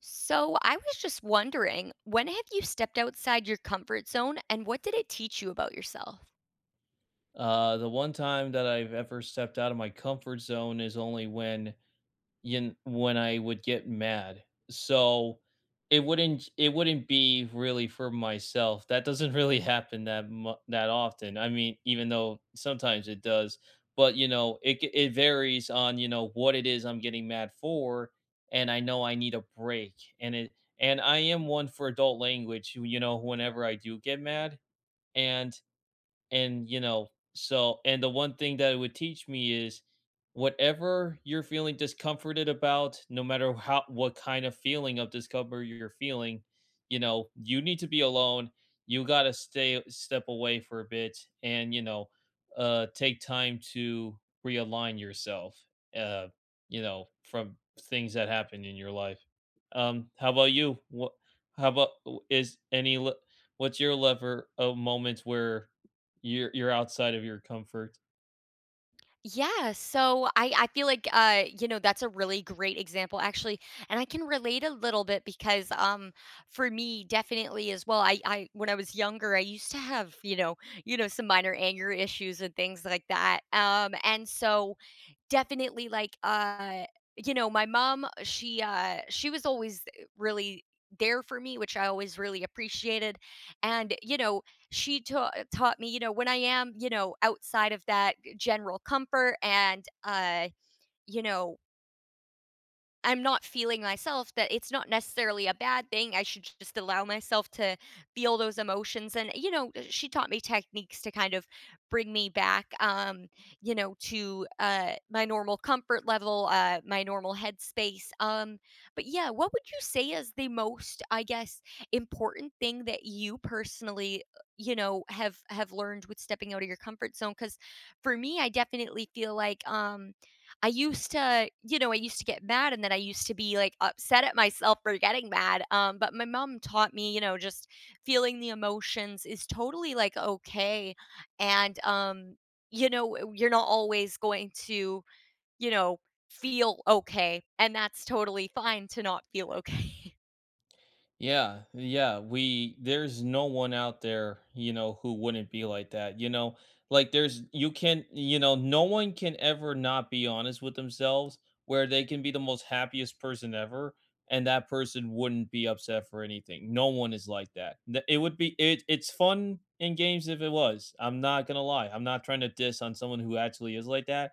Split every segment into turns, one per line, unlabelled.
So, I was just wondering, when have you stepped outside your comfort zone and what did it teach you about yourself?
The one time that I've ever stepped out of my comfort zone is only when yin when I would get mad. So, it wouldn't be really for myself. That doesn't really happen that often. I mean, even though sometimes it does, but, you know, it varies on, you know, what it is I'm getting mad for, and I know I need a break, and it and I am one for adult language, you know, whenever I do get mad, and and and the one thing that it would teach me is whatever you're feeling discomforted about, no matter how what kind of feeling of discomfort you're feeling, you know, you need to be alone. You got to stay step away for a bit and, you know, take time to realign yourself. Uh, you know, from things that happen in your life. How about you? What how about is any le- What's your lever of moments where you're outside of your comfort.
Yeah, so I feel like that's a really great example, actually, and I can relate a little bit because for me, definitely, as well, I when I was younger, I used to have, some minor anger issues and things like that, and so, definitely, like, my mom, she was always, really there for me, which I always really appreciated, and, she taught me, when I am, outside of that, general comfort, and, you know I'm not feeling myself, that it's not necessarily a bad thing. I should just allow myself to feel those emotions. And, she taught me techniques to kind of bring me back, to my normal comfort level, my normal headspace. But yeah, what would you say is the most, I guess, important thing that you personally, have learned with stepping out of your comfort zone? Because for me, I definitely feel like, I used to get mad, and then I used to be, like, upset at myself for getting mad, but my mom taught me, just feeling the emotions is totally, like, okay, and, w you're not always going to, you know, feel okay, and that's totally fine to not feel okay.
Yeah, yeah, we there's no one out there, you know, who wouldn't be like that. You know, like there's you can, you know, no one can ever not be honest with themselves where they can be the most happiest person ever and that person wouldn't be upset for anything. No one is like that. It would be it's fun in games if it was. I'm not going to lie. I'm not trying to diss on someone who actually is like that,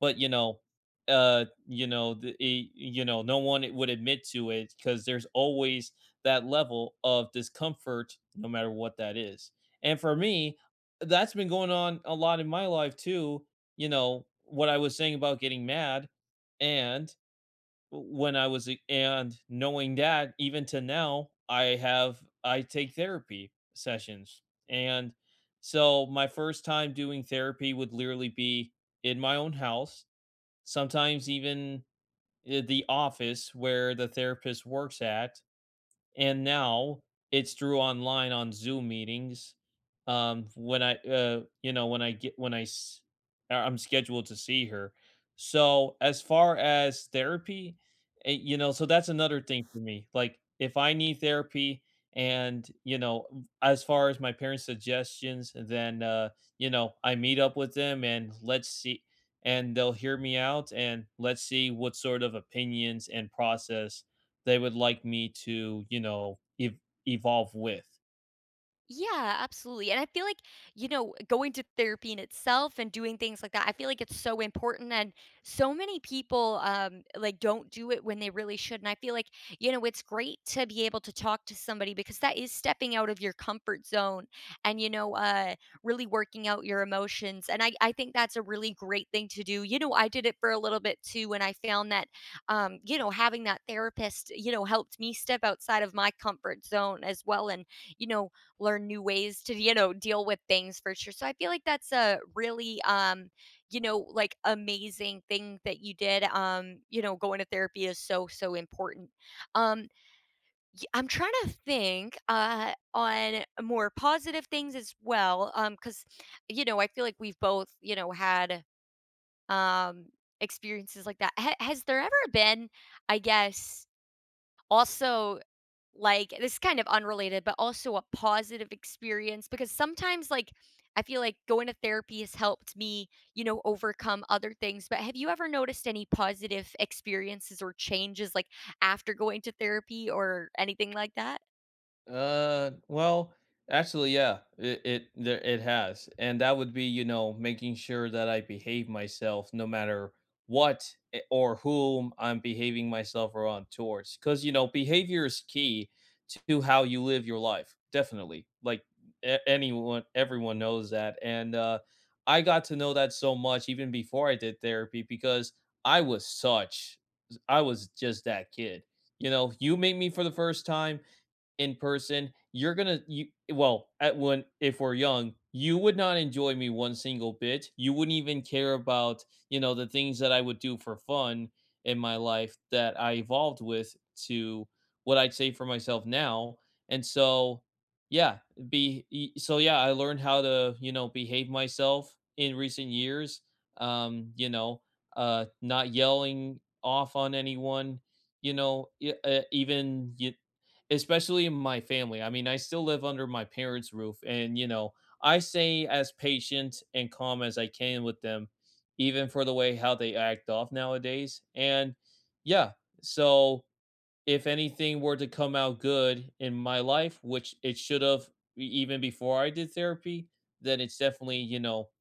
but you know, no one would admit to it because there's always that level of discomfort, no matter what that is. And for me, that's been going on a lot in my life too. You know, what I was saying about getting mad and when I was and knowing that even to now, I take therapy sessions. And so my first time doing therapy would literally be in my own house, sometimes even the office where the therapist works at, and now it's through online on Zoom meetings. When I, you know, when I get when I, s- I'm scheduled to see her. So as far as therapy, you know, so that's another thing for me. Like if I need therapy, and you know, as far as my parents' suggestions, then you know, I meet up with them and let's see. And they'll hear me out, and let's see what sort of opinions and process they would like me to, you know, ev evolve with.
Yeah, absolutely. And I feel like, going to therapy in itself and doing things like that, I feel like it's so important. And so many people, like, don't do it when they really should. And I feel like, it's great to be able to talk to somebody, because that is stepping out of your comfort zone and, really working out your emotions. And I think that's a really great thing to do. I did it for a little bit too, and I found that, having that therapist, helped me step outside of my comfort zone as well. And, you know, learn new ways to deal with things, for sure. So I feel like that's a really, like, amazing thing that you did. Going to therapy is so, so important. um I'm trying to think on more positive things as well, because I feel like we've both, had um experiences like that. Has there ever been, I guess, also, like, this is kind of unrelated, but also a positive experience, because sometimes, like, I feel like going to therapy has helped me, overcome other things. But have you ever noticed any positive experiences or changes, like, after going to therapy or anything like that?
Uh, well, Actually, yeah, it has, and that would be you know making sure that I behave myself no matter what or whom I'm behaving myself around towards, because you know behavior is key to how you live your life. Definitely, like anyone, everyone knows that, and I got to know that so much even before I did therapy because I was such, I was just that kid. You know, you meet me for the first time in person, you're gonna you well at when if we're young, you would not enjoy me one single bit. You wouldn't even care about you know the things that I would do for fun in my life that I evolved with to what I'd say for myself now. And so, yeah, I learned how to you know behave myself in recent years. You know, not yelling off on anyone, you know, especially in my family. I mean, I still live under my parents' roof, and, you know, I stay as patient and calm as I can with them, even for the way how they act off nowadays, and yeah, so if anything were to come out good in my life, which it should have e even before I did therapy, then it's definitely, you know,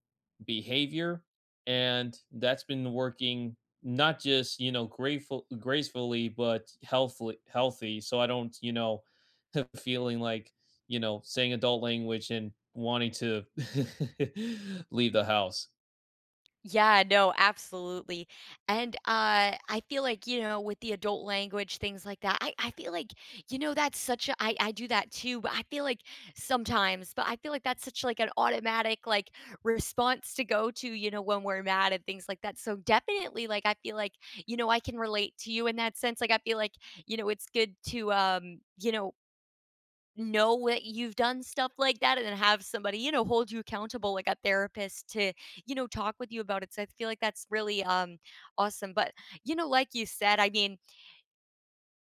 behavior, and that's been working not just you know grateful gracefully but healthfully healthy, so I don't you know feeling like you know saying adult language and wanting to leave the house.
Yeah, no, absolutely. And I feel like, with the adult language, things like that, I feel like, that's such a I do that too, but I feel like sometimes, but I feel like that's such, like, an automatic, like, response to go to, when we're mad and things like that. So definitely, like, I feel like, I can relate to you in that sense. Like, I feel like, it's good to, know that you've done stuff like that and then have somebody, hold you accountable, like a therapist, to, talk with you about it. So I feel like that's really, awesome. But, like you said, I mean,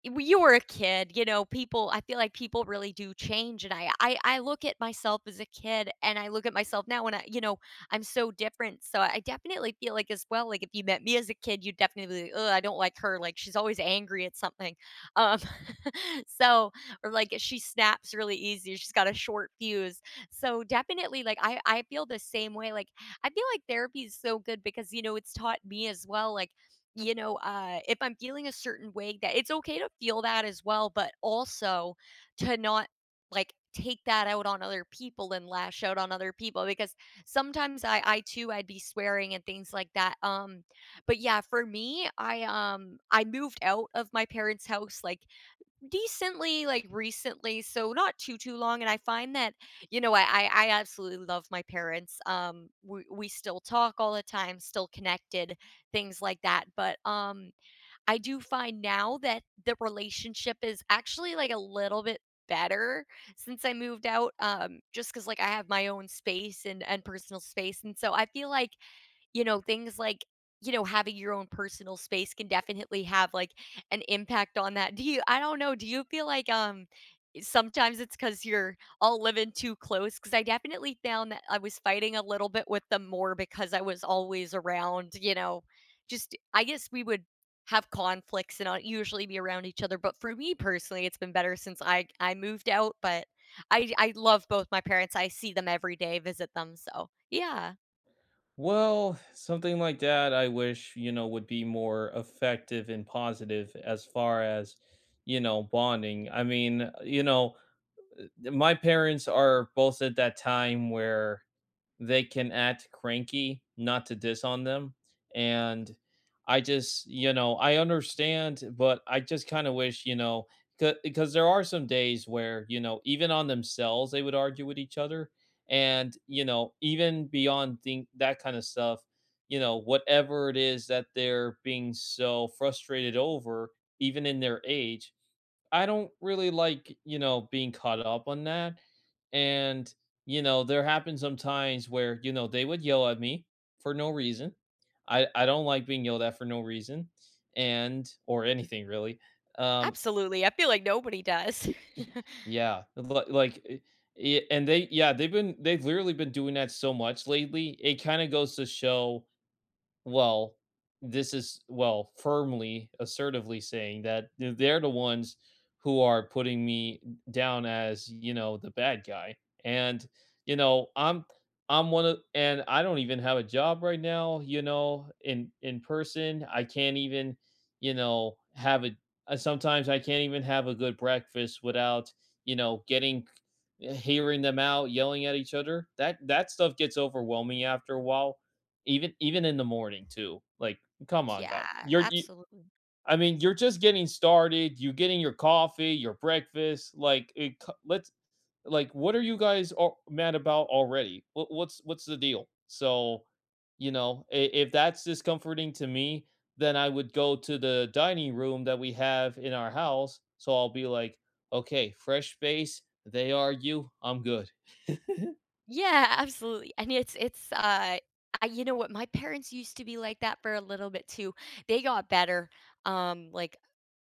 W you were a kid, you know, people I feel like people really do change, and I look at myself as a kid, and I look at myself now, and I'm so different, so I definitely feel like as well, like, if you met me as a kid, you'd definitely be, like, "Ugh, I don't like her, like, she's always angry at something." Um, so, or, like, she snaps really easy, she's got a short fuse, so definitely, like, I feel the same way, like, I feel like therapy is so good because, it's taught me as well, like, if I'm feeling a certain way that it's okay to feel that as well, but also to not, like, take that out on other people and lash out on other people, because sometimes I too, I'd be swearing and things like that. But yeah, for me, I moved out of my parents' house, like, decently, like, recently, so not too, too long, and I find that, I absolutely love my parents, we still talk all the time, still connected, things like that, but, I do find now that the relationship is actually, like, a little bit better since I moved out, just because, like, I have my own space, and personal space, and so I feel like, things like, having your own personal space can definitely have, like, an impact on that. Do you I don't know, do you feel like, sometimes it's because, 'cause you're all living too close? Because I definitely found that I was fighting a little bit with them more because I was always around, just I guess we would have conflicts and not usually be around each other, but for me personally, it's been better since I moved out, but I love both my parents. I see them every day, visit them, so yeah.
Well, something like that I wish you know would be more effective and positive as far as you know bonding. I mean, you know, my parents are both at that time where they can act cranky, not to diss on them. And I just, you know, I understand, but I just kind of wish, you know, because there are some days where, you know, even on themselves, they would argue with each other. And, you know, even beyond think that kind of stuff, you know, whatever it is that they're being so frustrated over, even in their age, I don't really like, you know, being caught up on that. And, you know, there happen some times where, you know, they would yell at me for no reason. I don't like being yelled at for no reason and or anything really. Um
Absolutely, I feel like nobody does.
yeah, and they yeah, they've literally been doing that so much lately. It kind of goes to show well, this is well, firmly, assertively saying that they're the ones who are putting me down as, you know, the bad guy. And, you know, I'm one of and I don't even have a job right now, you know, in person. I can't even, you know, have a sometimes I can't even have a good breakfast without, you know, getting hearing them out yelling at each other. That stuff gets overwhelming after a while, even even in the morning too. Like, come on, God.
Yeah, absolutely.
I mean, you're just getting started. You're getting your coffee, your breakfast. Like, let's like, what are you guys all mad about already? What, what's the deal? So, you know, if that's discomforting to me, then I would go to the dining room that we have in our house. So I'll be like, okay, fresh space. They argue. I'm good.
Yeah, absolutely, and I you know what, my parents used to be like that for a little bit too. They got better, like,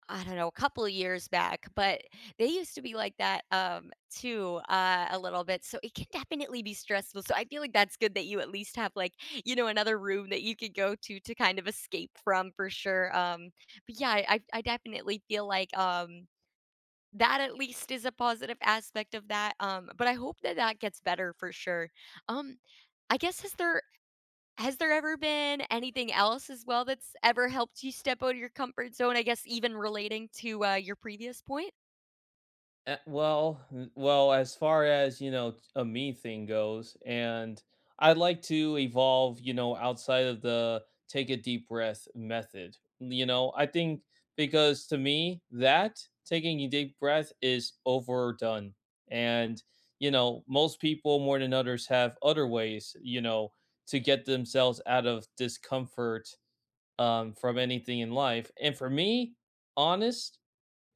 I don't know, a couple of years back, but they used to be like that, too, a little bit, so it can definitely be stressful, so I feel like that's good that you at least have, like, another room that you could go to kind of escape from, for sure, but yeah, I definitely feel like, that at least is a positive aspect of that, but I hope that that gets better for sure. Um, I guess, has there ever been anything else as well that's ever helped you step out of your comfort zone, I guess, even relating to, your previous point?
Eh, well n well, as far as, you know, a me thing goes, and I'd like to evolve, you know, outside of the take a deep breath method, you know? I think because to me, that taking a deep breath is overdone, and, you know, most people more than others have other ways, you know, to get themselves out of discomfort, from anything in life, and for me, honest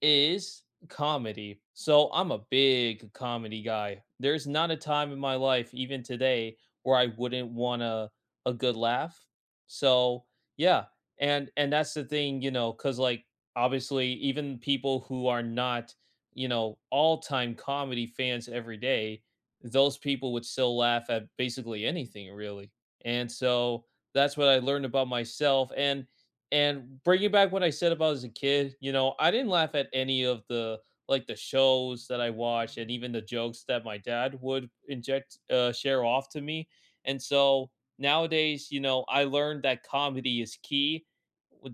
is comedy. So I'm a big comedy guy. There's not a time in my life, even today, where I wouldn't want a good laugh. So yeah, and that's the thing, you know, because like obviously, even people who are not, you know, all time comedy fans every day, those people would still laugh at basically anything, really. And so that's what I learned about myself. And bringing back what I said about as a kid, you know, I didn't laugh at any of the the shows that I watched and even the jokes that my dad would inject share off to me. And so nowadays, you know, I learned that comedy is key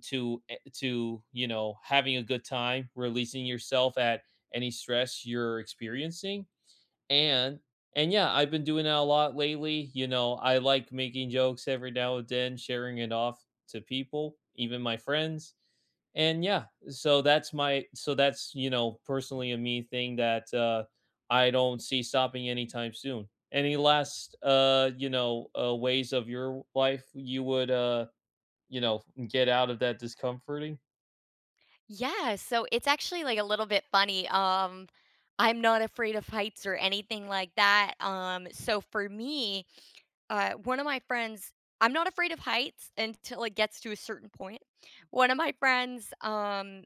to, you know, having a good time, releasing yourself at any stress you're experiencing and and yeah, I've been doing that a lot lately. You know, I like making jokes every now and then, sharing it off to people, even my friends. And yeah, so that's, you know, personally a me thing that I don't see stopping anytime soon. Any last you know, ways of your life you would you know, get out of that discomforting?
Yeah, so it's actually, like, a little bit funny, I'm not afraid of heights or anything like that, so for me, one of my friends I'm not afraid of heights until it gets to a certain point. One of my friends,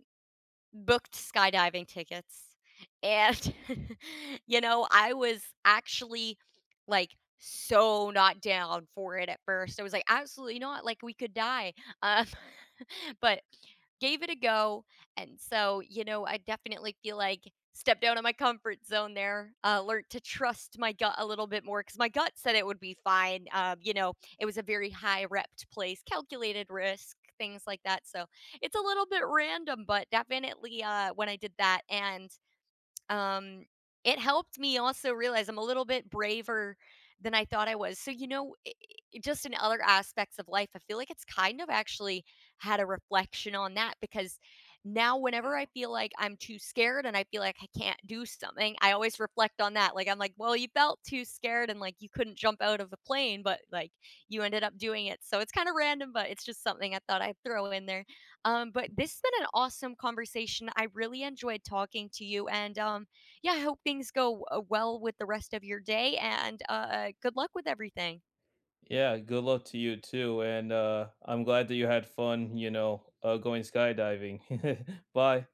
booked skydiving tickets, and, I was actually, like, so not down for it at first. I was like, "Absolutely not, like, we could die." Um, but gave it a go, and so, I definitely feel like stepped out of my comfort zone there, learnt to trust my gut a little bit more because my gut said it would be fine, it was a very high repped place, calculated risk, things like that, so it's a little bit random, but definitely, when I did that and, um, it helped me also realize I'm a little bit braver than I thought I was. So, I just in other aspects of life, I feel like it's kind of actually had a reflection on that because now whenever I feel like I'm too scared and I feel like I can't do something, I always reflect on that. Like, I'm like, well, you felt too scared and, like, you couldn't jump out of the plane, but, like, you ended up doing it. So it's kind of random, but it's just something I thought I'd throw in there. But this has been an awesome conversation. I really enjoyed talking to you. And yeah, I hope things go, well with the rest of your day and, good luck with everything.
Yeah, good luck to you too. And I'm glad that you had fun, you know, going skydiving. Bye.